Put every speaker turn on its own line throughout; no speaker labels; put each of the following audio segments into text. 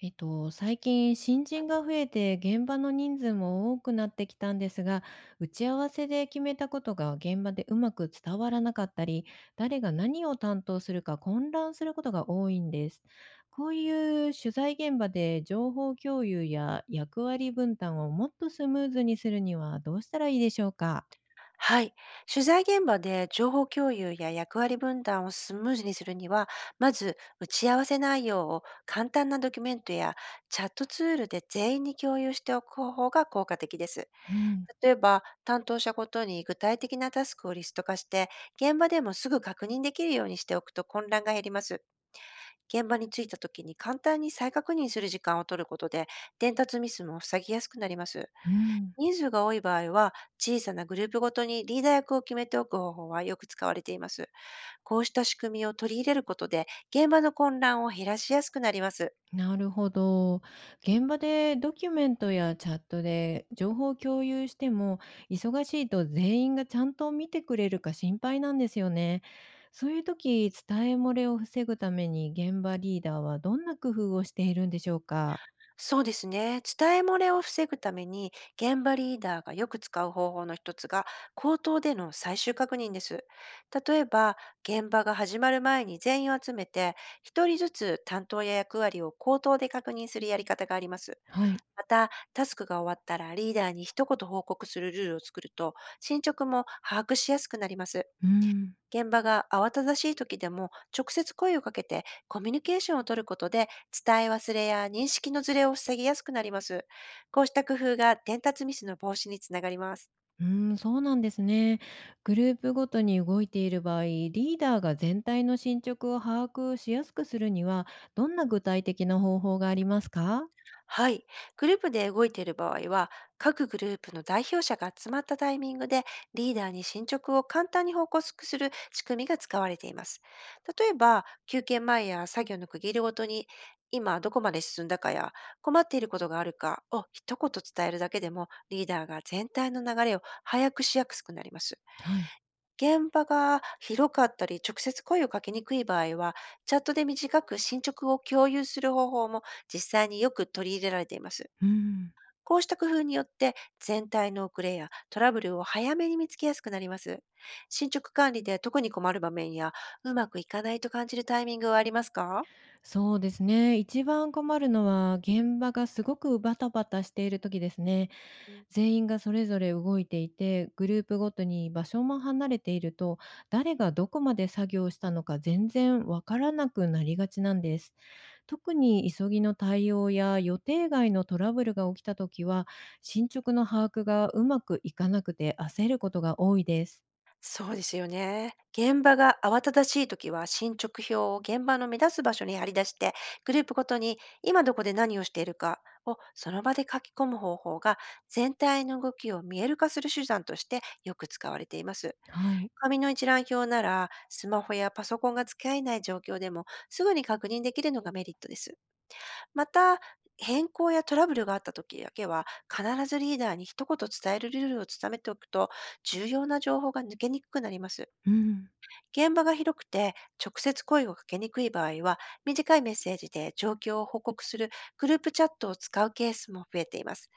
最近新人が増えて現場の人数も多くなってきたんですが、打ち合わせで決めたことが現場でうまく伝わらなかったり、誰が何を担当するか混乱することが多いんです。こういう取材現場で情報共有や役割分担をもっとスムーズにするにはどうしたらいいでしょうか。
はい。取材現場で情報共有や役割分担をスムーズにするには、まず打ち合わせ内容を簡単なドキュメントやチャットツールで全員に共有しておく方法が効果的です。
うん、
例えば、担当者ごとに具体的なタスクをリスト化して、現場でもすぐ確認できるようにしておくと混乱が減ります。現場に着いた時に簡単に再確認する時間を取ることで、伝達ミスも防ぎやすくなります。
うん。
人数が多い場合は、小さなグループごとにリーダー役を決めておく方法はよく使われています。こうした仕組みを取り入れることで、現場の混乱を減らしやすくなります。
なるほど。現場でドキュメントやチャットで情報を共有しても、忙しいと全員がちゃんと見てくれるか心配なんですよね。そういう時、伝え漏れを防ぐために現場リーダーはどんな工夫をしているんでしょうか？
そうですね。伝え漏れを防ぐために、現場リーダーがよく使う方法の一つが、口頭での最終確認です。例えば、現場が始まる前に全員を集めて、一人ずつ担当や役割を口頭で確認するやり方があります。
はい。
また、タスクが終わったらリーダーに一言報告するルールを作ると、進捗も把握しやすくなります。
うん。
現場が慌ただしい時でも、直接声をかけてコミュニケーションを取ることで、伝え忘れや認識のズレを防ぎやすくなります。こうした工夫が伝達ミスの防止につながります。
うん、そうなんですね。グループごとに動いている場合、リーダーが全体の進捗を把握しやすくするには、どんな具体的な方法がありますか？
はい。グループで動いている場合は、各グループの代表者が集まったタイミングで、リーダーに進捗を簡単に報告する仕組みが使われています。例えば、休憩前や作業の区切りごとに、今どこまで進んだかや、困っていることがあるかを一言伝えるだけでも、リーダーが全体の流れを早くしやすくなります。
はい。
現場が広かったり、直接声をかけにくい場合は、チャットで短く進捗を共有する方法も実際によく取り入れられています。
うん。
こうした工夫によって、全体の遅れやトラブルを早めに見つけやすくなります。進捗管理で特に困る場面や、うまくいかないと感じるタイミングはありますか？
そうですね。一番困るのは、現場がすごくバタバタしている時ですね。
うん。
全員がそれぞれ動いていて、グループごとに場所も離れていると、誰がどこまで作業したのか全然わからなくなりがちなんです。特に急ぎの対応や予定外のトラブルが起きた時は、進捗の把握がうまくいかなくて焦ることが多いです。
そうですよね。現場が慌ただしい時は、進捗表を現場の目立つ場所に貼り出して、グループごとに今どこで何をしているかをその場で書き込む方法が、全体の動きを見える化する手段としてよく使われています。
はい。
紙の一覧表なら、スマホやパソコンが付き合えない状況でもすぐに確認できるのがメリットです。また、変更やトラブルがあった時だけは、必ずリーダーに一言伝えるルールを伝めておくと、重要な情報が抜けにくくなります。
うん。
現場が広くて、直接声をかけにくい場合は、短いメッセージで状況を報告するグループチャットを使うケースも増えています。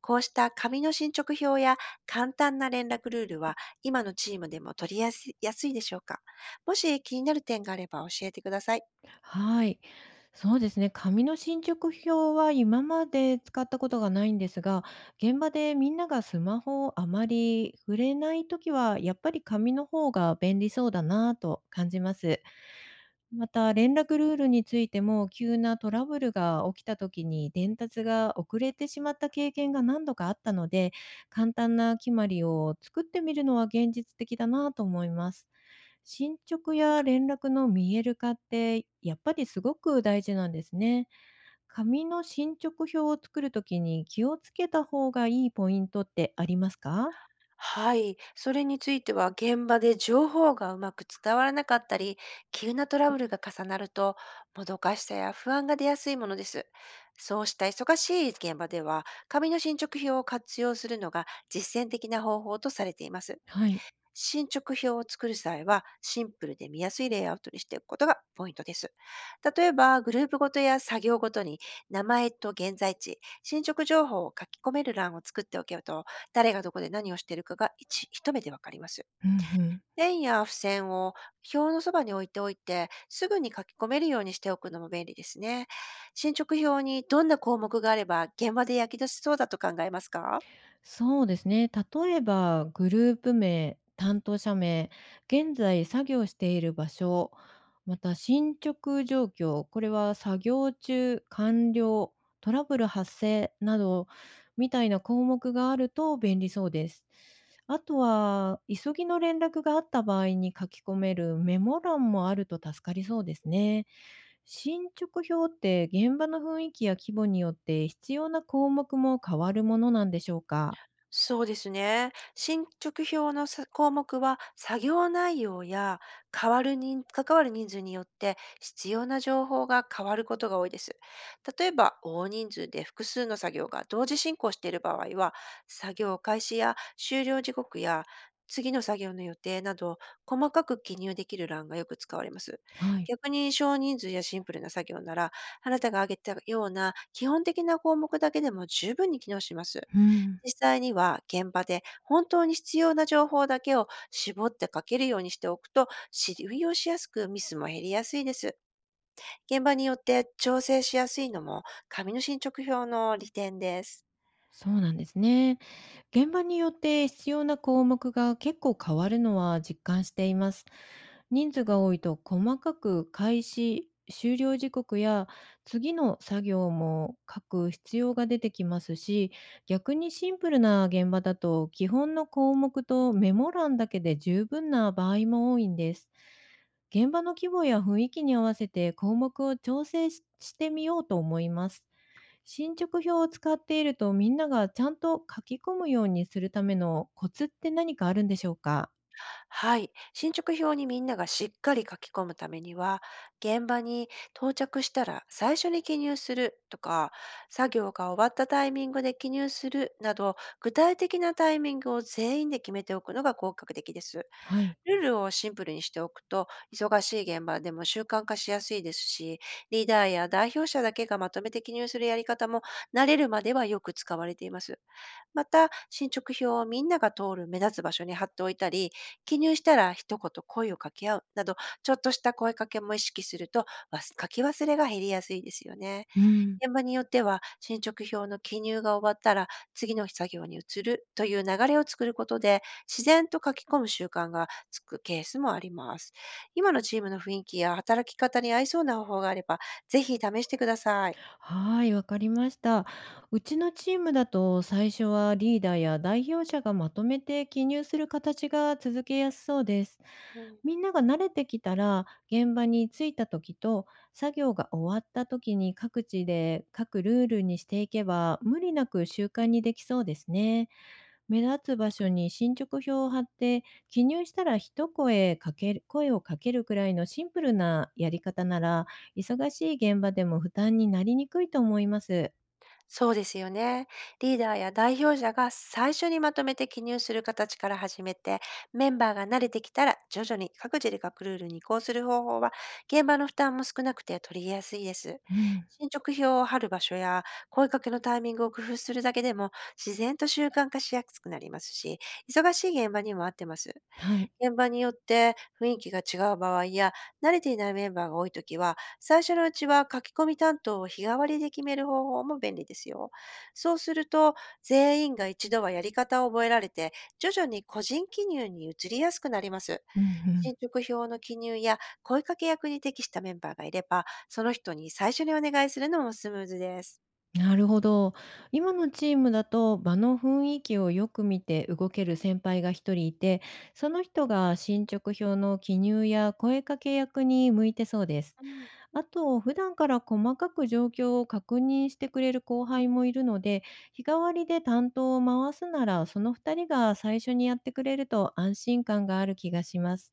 こうした紙の進捗表や簡単な連絡ルールは、今のチームでも取りやすいでしょうか？もし気になる点があれば教えてください。
はい。そうですね。紙の進捗表は今まで使ったことがないんですが、現場でみんながスマホをあまり触れないときは、やっぱり紙の方が便利そうだなぁと感じます。また、連絡ルールについても、急なトラブルが起きたときに伝達が遅れてしまった経験が何度かあったので、簡単な決まりを作ってみるのは現実的だなぁと思います。進捗や連絡の見える化ってやっぱりすごく大事なんですね。紙の進捗表を作るときに気をつけた方がいいポイントってありますか？
はい、それについては、現場で情報がうまく伝わらなかったり、急なトラブルが重なると、もどかしさや不安が出やすいものです。そうした忙しい現場では、紙の進捗表を活用するのが実践的な方法とされています。
はい。
進捗表を作る際は、シンプルで見やすいレイアウトにしていくことがポイントです。例えば、グループごとや作業ごとに、名前と現在地、進捗情報を書き込める欄を作っておけると、誰がどこで何をしているかが一目でわかります。
うん。
線や付箋を表のそばに置いておいて、すぐに書き込めるようにしておくのも便利ですね。進捗表にどんな項目があれば、現場で役立ちそうだと考えますか？
そうですね。例えば、グループ名、担当者名、現在作業している場所、また進捗状況、これは作業中、完了、トラブル発生など、みたいな項目があると便利そうです。あとは、急ぎの連絡があった場合に書き込めるメモ欄もあると助かりそうですね。進捗表って現場の雰囲気や規模によって必要な項目も変わるものなんでしょうか？
そうですね。進捗表の項目は、作業内容や変わる人関わる人数によって必要な情報が変わることが多いです。例えば、大人数で複数の作業が同時進行している場合は、作業開始や終了時刻や、次の作業の予定など、細かく記入できる欄がよく使われます。
はい。
逆に、少人数やシンプルな作業なら、あなたが挙げたような基本的な項目だけでも十分に機能します。
うん。
実際には、現場で本当に必要な情報だけを絞って書けるようにしておくと、信用しやすくミスも減りやすいです。現場によって調整しやすいのも、紙の進捗表の利点です。
そうなんですね。現場によって必要な項目が結構変わるのは実感しています。人数が多いと細かく開始、終了時刻や次の作業も書く必要が出てきますし、逆にシンプルな現場だと基本の項目とメモ欄だけで十分な場合も多いんです。現場の規模や雰囲気に合わせて項目を調整ししてみようと思います。進捗表を使っていると、みんながちゃんと書き込むようにするためのコツって何かあるんでしょうか？
はい。進捗表にみんながしっかり書き込むためには、現場に到着したら最初に記入するとか、作業が終わったタイミングで記入するなど、具体的なタイミングを全員で決めておくのが効果的です。
はい。
ルールをシンプルにしておくと、忙しい現場でも習慣化しやすいですし、リーダーや代表者だけがまとめて記入するやり方も、慣れるまではよく使われています。また、進捗表をみんなが通る目立つ場所に貼っておいたり、記入したら一言声を掛け合うなど、ちょっとした声かけも意識すると、書き忘れが減りやすいですよね。
うん。
現場によっては、進捗表の記入が終わったら、次の作業に移るという流れを作ることで、自然と書き込む習慣がつくケースもあります。今のチームの雰囲気や働き方に合いそうな方法があれば、ぜひ試してください。
はい、わかりました。うちのチームだと最初はリーダーや代表者がまとめて記入する形が続けやすそうです。
うん。
みんなが慣れてきたら、現場に着いた時と作業が終わった時に各地で各ルールにしていけば、無理なく習慣にできそうですね。目立つ場所に進捗表を貼って、記入したら一声かける声をかけるくらいのシンプルなやり方なら、忙しい現場でも負担になりにくいと思います。
そうですよね。リーダーや代表者が最初にまとめて記入する形から始めて、メンバーが慣れてきたら徐々に各自で各ルールに移行する方法は、現場の負担も少なくて取り入れやすいです。
うん。
進捗表を貼る場所や声かけのタイミングを工夫するだけでも、自然と習慣化しやすくなりますし、忙しい現場にも合ってます。
はい。
現場によって雰囲気が違う場合や、慣れていないメンバーが多いときは、最初のうちは書き込み担当を日替わりで決める方法も便利ですよ。そうすると、全員が一度はやり方を覚えられて、徐々に個人記入に移りやすくなります。
うんうん。
進捗表の記入や声かけ役に適したメンバーがいれば、その人に最初にお願いするのもスムーズです。
なるほど。今のチームだと場の雰囲気をよく見て動ける先輩が一人いて、その人が進捗表の記入や声かけ役に向いてそうです。
うん。
あと、普段から細かく状況を確認してくれる後輩もいるので、日替わりで担当を回すなら、その2人が最初にやってくれると安心感がある気がします。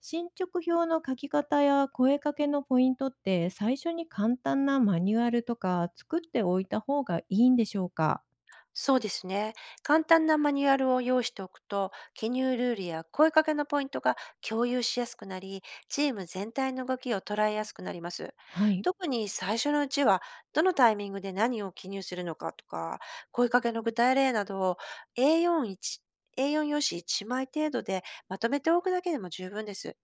進捗表の書き方や声かけのポイントって、最初に簡単なマニュアルとか作っておいた方がいいんでしょうか？
そうですね。簡単なマニュアルを用意しておくと、記入ルールや声かけのポイントが共有しやすくなり、チーム全体の動きを捉えやすくなります。
はい。
特に最初のうちは、どのタイミングで何を記入するのかとか、声かけの具体例などを、 A41 A4 用紙1枚程度でまとめておくだけでも十分です。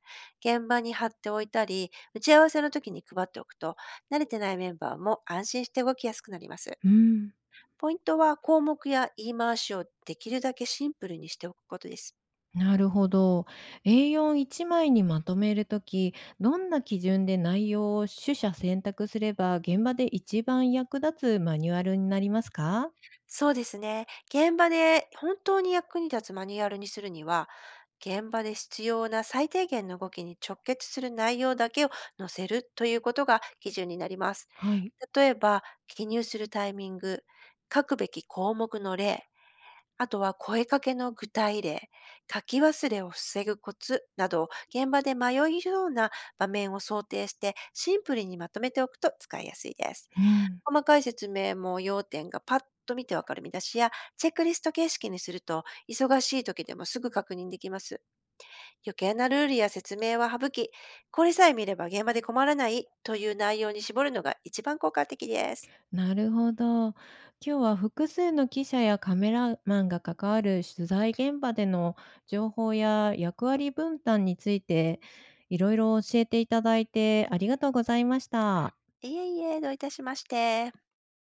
現場に貼っておいたり、打ち合わせの時に配っておくと、慣れてないメンバーも安心して動きやすくなります。
うん。
ポイントは、項目や言い回しをできるだけシンプルにしておくことです。
なるほど。A4 一枚にまとめるとき、どんな基準で内容を取捨選択すれば、現場で一番役立つマニュアルになりますか？
そうですね。現場で本当に役に立つマニュアルにするには、現場で必要な最低限の動きに直結する内容だけを載せる、ということが基準になります。
はい。
例えば、記入するタイミング、書くべき項目の例、あとは声かけの具体例、書き忘れを防ぐコツなど、現場で迷いような場面を想定してシンプルにまとめておくと使いやすいです。
うん。
細かい説明も、要点がパッと見てわかる見出しや、チェックリスト形式にすると、忙しい時でもすぐ確認できます。余計なルールや説明は省き、これさえ見れば現場で困らないという内容に絞るのが一番効果的です。
なるほど。今日は複数の記者やカメラマンが関わる取材現場での情報や役割分担について、いろいろ教えていただいてありがとうございました。
いえいえ、どういたしまして。